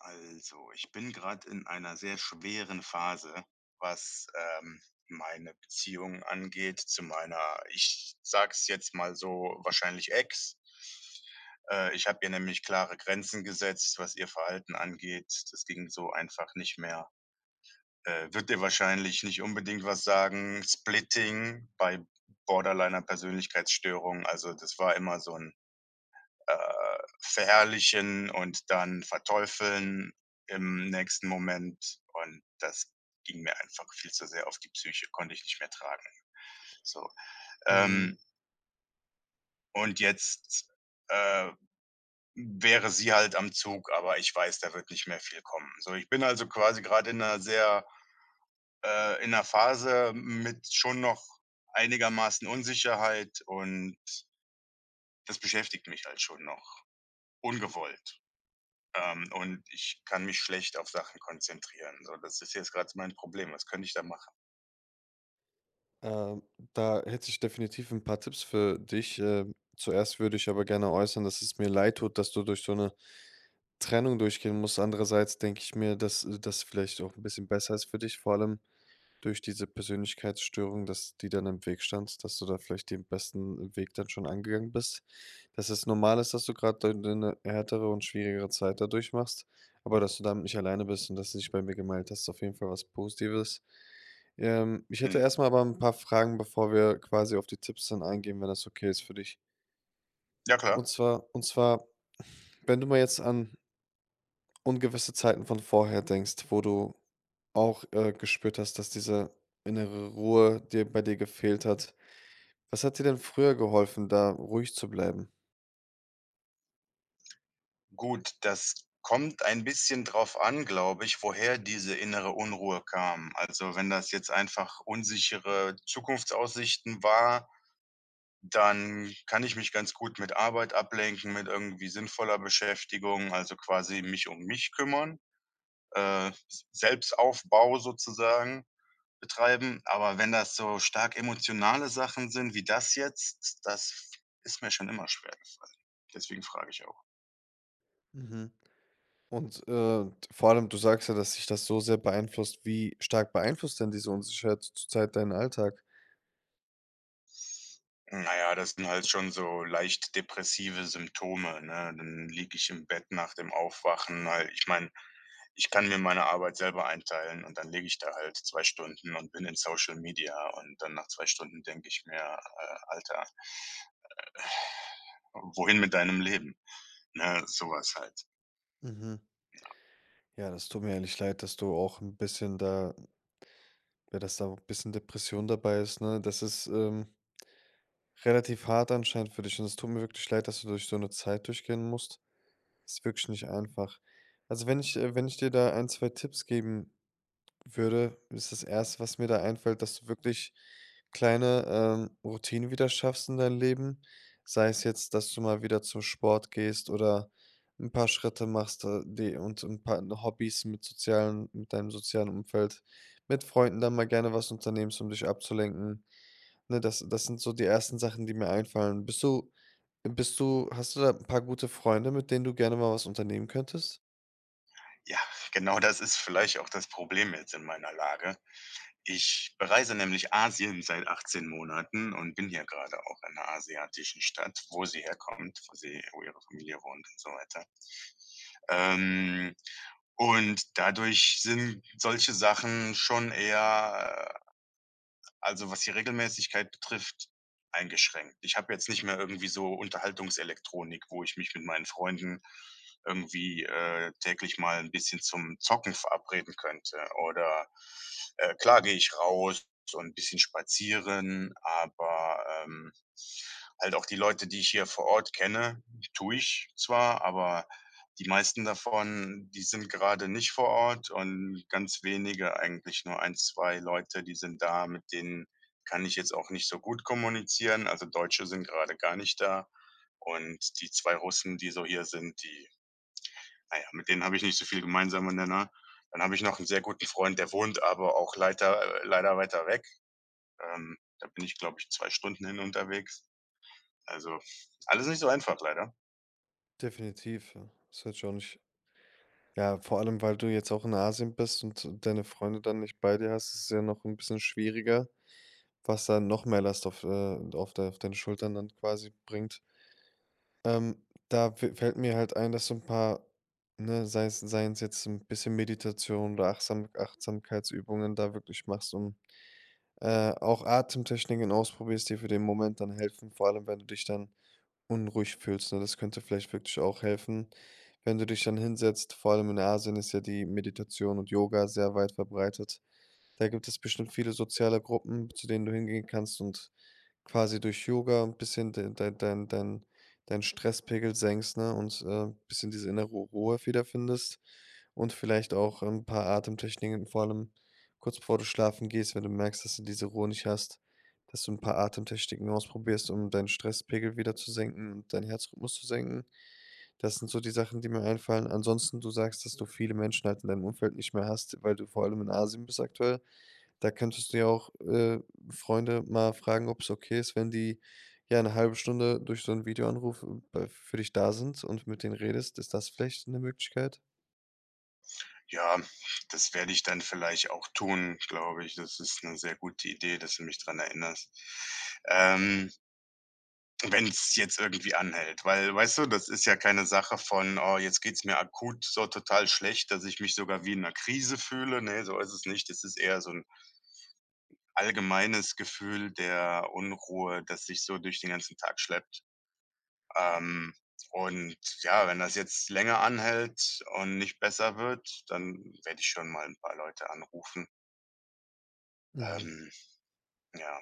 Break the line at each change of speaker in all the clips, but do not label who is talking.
Also, ich bin gerade in einer sehr schweren Phase, was, meine Beziehung angeht zu meiner, ich sage es jetzt mal so, wahrscheinlich Ex. Ich habe ihr nämlich klare Grenzen gesetzt, was ihr Verhalten angeht. Das ging so einfach nicht mehr. Wird dir wahrscheinlich nicht unbedingt was sagen. Splitting bei Borderliner Persönlichkeitsstörung. Also, das war immer so ein verherrlichen und dann verteufeln im nächsten Moment. Und das ging mir einfach viel zu sehr auf die Psyche, konnte ich nicht mehr tragen. So,
Mhm.
ähm, und jetzt äh, wäre sie halt am Zug, aber ich weiß, da wird nicht mehr viel kommen. So, ich bin also quasi gerade in einer sehr in einer Phase mit schon noch einigermaßen Unsicherheit, und das beschäftigt mich halt schon noch, ungewollt. Und ich kann mich schlecht auf Sachen konzentrieren. So, das ist jetzt gerade mein Problem. Was könnte ich da machen?
Ähm, Da hätte ich definitiv ein paar Tipps für dich. Zuerst würde ich aber gerne äußern, dass es mir leid tut, dass du durch so eine Trennung durchgehen musst. Andererseits denke ich mir, dass, das vielleicht auch ein bisschen besser ist für dich. Vor allem durch diese Persönlichkeitsstörung, dass die dann im Weg stand, dass du da vielleicht den besten Weg dann schon angegangen bist. Dass es normal ist, dass du gerade eine härtere und schwierigere Zeit dadurch machst, aber dass du damit nicht alleine bist und dass du dich bei mir gemeldet hast, ist auf jeden Fall was Positives. Ich
Hm.
hätte erst mal aber ein paar Fragen, bevor wir quasi auf die Tipps dann eingehen, wenn das okay ist für dich.
Ja, klar.
Und zwar, wenn du mal jetzt an ungewisse Zeiten von vorher denkst, wo du auch, gespürt hast, dass diese innere Ruhe dir bei dir gefehlt hat. Was hat dir denn früher geholfen, da ruhig zu bleiben?
Gut, das kommt ein bisschen drauf an, glaube ich, woher diese innere Unruhe kam. Also, wenn das jetzt einfach unsichere Zukunftsaussichten war, dann kann ich mich ganz gut mit Arbeit ablenken, mit irgendwie sinnvoller Beschäftigung, also quasi mich um mich kümmern, S Selbstaufbau sozusagen betreiben, aber wenn das so stark emotionale Sachen sind wie das jetzt, das ist mir schon immer schwer gefallen. Deswegen frage ich auch.
Mhm. Und, vor allem, du sagst ja, dass sich das so sehr beeinflusst. Wie stark beeinflusst denn diese Unsicherheit zurzeit deinen Alltag?
Na ja, das sind halt schon so leicht depressive Symptome, ne? Dann liege ich im Bett nach dem Aufwachen, halt ich meine, ich kann mir meine Arbeit selber einteilen, und dann liege ich da halt 2 Stunden und bin in Social Media, und dann nach 2 Stunden denke ich mir: Alter, wohin mit deinem Leben?“ Ne, sowas halt.
Mhm. Ja, das tut mir ehrlich leid, dass du auch ein bisschen da ja, dass da ein bisschen Depression dabei ist, ne? Das ist, relativ hart anscheinend für dich und es tut mir wirklich leid, dass du durch so eine Zeit durchgehen musst. Ist wirklich nicht einfach. Also, wenn ich wenn ich dir da ein, 2 Tipps geben würde, ist das Erste, was mir da einfällt, dass du wirklich kleine, Routinen wieder schaffst in deinem Leben. Sei es jetzt, dass du mal wieder zum Sport gehst oder ein paar Schritte machst, die und ein paar Hobbys mit sozialen mit deinem sozialen Umfeld, mit Freunden dann mal gerne was unternehmst, um dich abzulenken. Ne, das sind so die ersten Sachen, die mir einfallen. Bist du Hast du da ein paar gute Freunde, mit denen du gerne mal was unternehmen könntest?
Ja, genau, das ist vielleicht auch das Problem jetzt in meiner Lage. Ich bereise nämlich Asien seit 18 Monaten und bin hier gerade auch in einer asiatischen Stadt, wo sie herkommt, wo sie wo ihre Familie wohnt und so weiter. Ähm, und dadurch sind solche Sachen schon eher, also, was die Regelmäßigkeit betrifft, eingeschränkt. Ich habe jetzt nicht mehr irgendwie so Unterhaltungselektronik, wo ich mich mit meinen Freunden irgendwie, täglich mal ein bisschen zum Zocken verabreden könnte. Oder, klar gehe ich raus und ein bisschen spazieren, aber, halt auch die Leute, die ich hier vor Ort kenne, tue ich zwar, aber die meisten davon, die sind gerade nicht vor Ort, und ganz wenige, eigentlich nur ein, 2 Leute, die sind da, mit denen kann ich jetzt auch nicht so gut kommunizieren. Also, Deutsche sind gerade gar nicht da, und die 2 Russen, die so hier sind, die, naja, mit denen habe ich nicht so viel gemeinsame Nenner. Dann habe ich noch 'n sehr guten Freund, der wohnt aber auch leiter leider weiter weg. Da bin ich, glaube ich, 2 Stunden hin unterwegs. Also, alles nicht so einfach leider.
Definitiv, ja. Das hätte ich auch nicht. Ja, vor allem, weil du jetzt auch in Asien bist und deine Freunde dann nicht bei dir hast, ist es ja noch ein bisschen schwieriger, was da noch mehr Last auf de auf deine Schultern dann quasi bringt. Da fä fällt mir halt ein, dass so ein paar, ne, sei es sei's es jetzt ein bisschen Meditation oder Achtsamkeitsübungen da wirklich machst und, auch Atemtechniken ausprobierst, die für den Moment dann helfen, vor allem, wenn du dich dann unruhig fühlst, ne? Das könnte vielleicht wirklich auch helfen, wenn du dich dann hinsetzt. Vor allem in Asien ist ja die Meditation und Yoga sehr weit verbreitet. Da gibt es bestimmt viele soziale Gruppen, zu denen du hingehen kannst und quasi durch Yoga ein bisschen de dein dein dein deinen Stresspegel senkst, ne, und, bisschen diese innere Ruhe wiederfindest und vielleicht auch ein paar Atemtechniken, vor allem kurz bevor du schlafen gehst, wenn du merkst, dass du diese Ruhe nicht hast, dass du ein paar Atemtechniken ausprobierst, um deinen Stresspegel wieder zu senken und deinen Herzrhythmus zu senken. Das sind so die Sachen, die mir einfallen. Ansonsten, du sagst, dass du viele Menschen halt in deinem Umfeld nicht mehr hast, weil du vor allem in Asien bist aktuell. Da könntest du ja auch, Freunde mal fragen, ob es okay ist, wenn die, ja, eine halbe Stunde durch so 'n Videoanruf bei für dich da sind und mit denen redest. Ist das vielleicht 'ne Möglichkeit?
Ja, das werde ich dann vielleicht auch tun, glaube ich. Das ist eine sehr gute Idee, dass du mich dran erinnerst. Ähm, Wenn es jetzt irgendwie anhält, weil, weißt du, das ist ja keine Sache von: „Oh, jetzt geht's mir akut so total schlecht, dass ich mich sogar wie in einer Krise fühle.“ Ne, so ist es nicht. Es ist eher so ein allgemeines Gefühl der Unruhe, das sich so durch den ganzen Tag schleppt. Ähm, und ja, wenn das jetzt länger anhält und nicht besser wird, dann werde ich schon mal ein paar Leute anrufen.
Mhm.
Ähm, ja.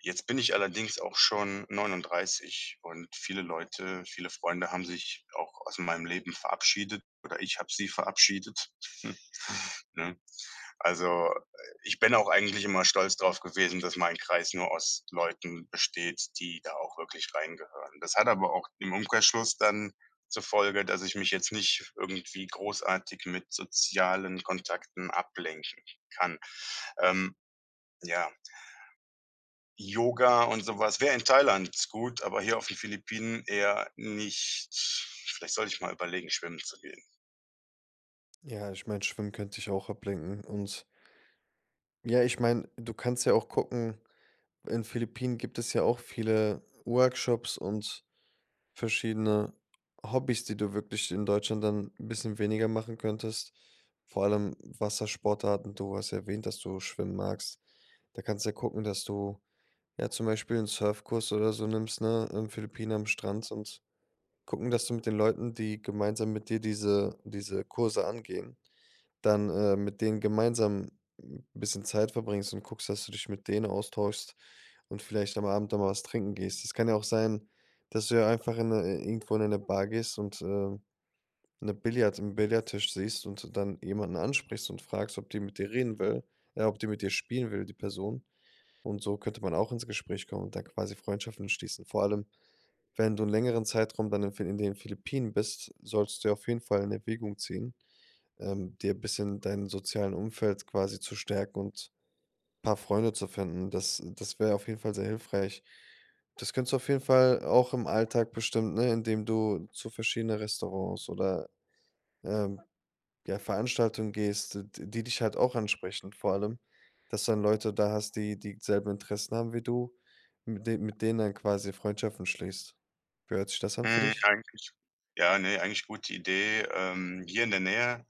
Jetzt bin ich allerdings auch schon 39, und viele Leute, viele Freunde haben sich auch aus meinem Leben verabschiedet, oder ich habe sie verabschiedet. Ne? Also, ich bin auch eigentlich immer stolz drauf gewesen, dass mein Kreis nur aus Leuten besteht, die da auch wirklich reingehören. Das hat aber auch im Umkehrschluss dann zur Folge, dass ich mich jetzt nicht irgendwie großartig mit sozialen Kontakten ablenken kann. Ähm, ja. Yoga und sowas was wäre in Thailand gut, aber hier auf den Philippinen eher nicht. Vielleicht sollte ich mal überlegen, schwimmen zu gehen.
Ja, ich meine, Schwimmen könnte dich auch ablenken und ja, ich meine, du kannst ja auch gucken, in Philippinen gibt es ja auch viele Workshops und verschiedene Hobbys, die du wirklich in Deutschland dann 'n bisschen weniger machen könntest. Vor allem Wassersportarten. Du hast ja erwähnt, dass du schwimmen magst. Da kannst du ja gucken, dass du, ja, zum Beispiel einen Surfkurs oder so nimmst, ne, in Philippinen am Strand und gucken, dass du mit den Leuten, die gemeinsam mit dir diese Kurse angehen, dann, mit denen gemeinsam 'n bisschen Zeit verbringst und guckst, dass du dich mit denen austauschst und vielleicht am Abend dann mal was trinken gehst. Es kann ja auch sein, dass du ja einfach in 'ne irgendwo in eine Bar gehst und, 'ne Billard 'n Billardtisch siehst und dann jemanden ansprichst und fragst, ob die mit dir spielen will, die Person. Und so könnte man auch ins Gespräch kommen und da quasi Freundschaften schließen. Vor allem wenn du 'n längeren Zeitraum dann in Phil in den Philippinen bist, solltest du ja auf jeden Fall in Erwägung ziehen, dir bisschen dein sozialen Umfeld quasi zu stärken und paar Freunde zu finden. Das wäre auf jeden Fall sehr hilfreich. Das könntest du auf jeden Fall auch im Alltag bestimmt, ne, indem du zu verschiedenen Restaurants oder, ähm, ja, Veranstaltungen gehst, d die dich halt auch ansprechen, vor allem, dass du dann Leute da hast, die dieselben Interessen haben wie du, mit de mit denen dann quasi Freundschaften schließt. Wie hört sich das an für
Hm,
dich?
eigentlich ja, ne, eigentlich gute Idee. Hier in der Nähe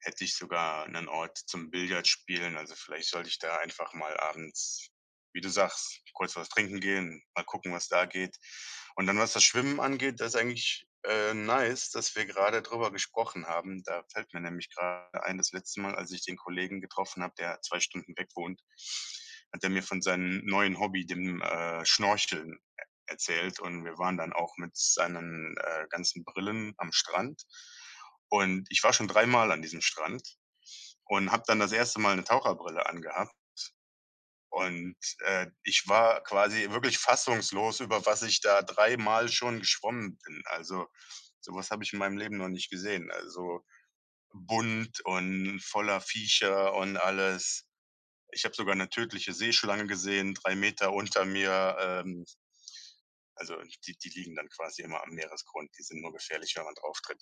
hätte ich sogar einen Ort zum Billardspielen. Also, vielleicht sollte ich da einfach mal abends, wie du sagst, kurz was trinken gehen, mal gucken, was da geht. Und dann, was das Schwimmen angeht, das ist eigentlich, nice, dass wir gerade drüber gesprochen haben. Da fällt mir nämlich gerade ein, das letzte Mal, als ich den Kollegen getroffen habe, der 2 Stunden weg wohnt, hat er mir von seinem neuen Hobby, dem, Schnorcheln, e erzählt. Und wir waren dann auch mit seinen, ganzen Brillen am Strand. Und ich war schon dreimal an diesem Strand und habe dann das erste Mal 'ne Taucherbrille angehabt, und, ich war quasi wirklich fassungslos, über was ich da dreimal schon geschwommen bin. Also, so was habe ich in meinem Leben noch nicht gesehen. Also, bunt und voller Viecher und alles. Ich habe sogar 'ne tödliche Seeschlange gesehen, 3 Meter unter mir. Also, die die liegen dann quasi immer am Meeresgrund. Die sind nur gefährlich, wenn man drauftritt.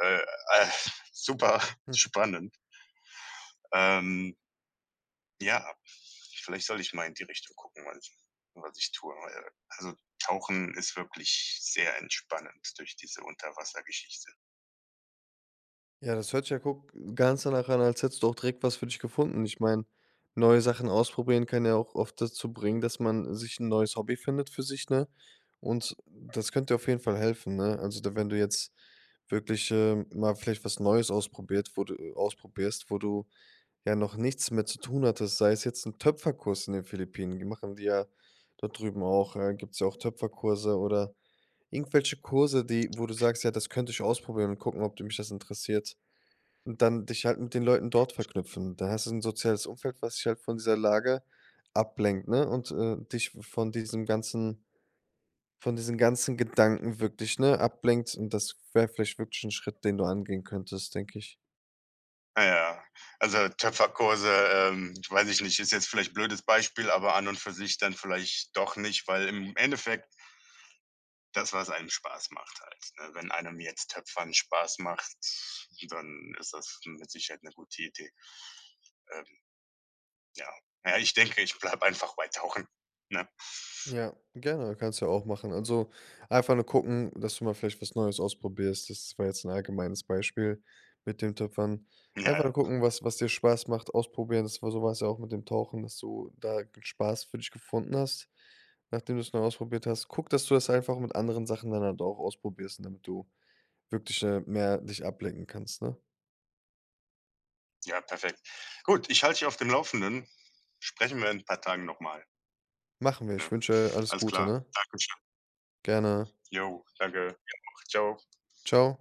Äh, äh, super
Hm.
spannend. Ähm, ja, vielleicht soll ich mal in die Richtung gucken, was ich tue, weil, also, Tauchen ist wirklich sehr entspannend durch diese Unterwassergeschichte.
Ja, das hört sich ja guck ganz danach an, als hättest du auch direkt was für dich gefunden. Ich meine, neue Sachen ausprobieren kann ja auch oft dazu bringen, dass man sich ein neues Hobby findet für sich, ne? Und das könnte auf jeden Fall helfen, ne? Also, da wenn du jetzt wirklich, mal vielleicht was Neues ausprobiert, wo du ausprobierst, wo du ja noch nichts mehr zu tun hattest, sei es jetzt ein Töpferkurs in den Philippinen. Die machen die ja dort drüben auch, gibt's ja auch Töpferkurse oder irgendwelche Kurse, die wo du sagst: „Ja, das könnte ich ausprobieren und gucken, ob d mich das interessiert.“ Und dann dich halt mit den Leuten dort verknüpfen. Dann hast du 'n soziales Umfeld, was dich halt von dieser Lage ablenkt, ne, und, dich von diesen ganzen Gedanken wirklich, ne, ablenkt und das wäre vielleicht wirklich 'n Schritt, den du angehen könntest, denke ich.
Ah ja, also Töpferkurse, weiß ich nicht, ist jetzt vielleicht blödes Beispiel, aber an und für sich dann vielleicht doch nicht, weil im Endeffekt das, was einem Spaß macht halt, ne? Wenn einem jetzt Töpfern Spaß macht, dann ist das mit Sicherheit eine gute Idee. Ähm, ja. Ja, ich denke, ich bleibe einfach bei Tauchen, ne?
Ja, gerne, kannst du ja auch machen. Also einfach nur gucken, dass du mal vielleicht was Neues ausprobierst. Das war jetzt ein allgemeines Beispiel mit dem Töpfern.
Ja,
Einfach
ja.
nur gucken, was, was dir Spaß macht, ausprobieren. Das war so war es ja auch mit dem Tauchen, dass du da Spaß für dich gefunden hast, nachdem du es neu ausprobiert hast. Guck, dass du das einfach mit anderen Sachen dann halt auch ausprobierst, damit du wirklich mehr dich ablenken kannst, ne?
Ja, perfekt. Gut, ich halte dich auf dem Laufenden. Sprechen wir in ein paar Tagen nochmal.
Machen wir.
Ne?
Ich wünsche alles
Alles
Gute,
klar.
ne?
Dankeschön.
Gerne.
Jo, danke. Dir auch. Tschau.
Ciao.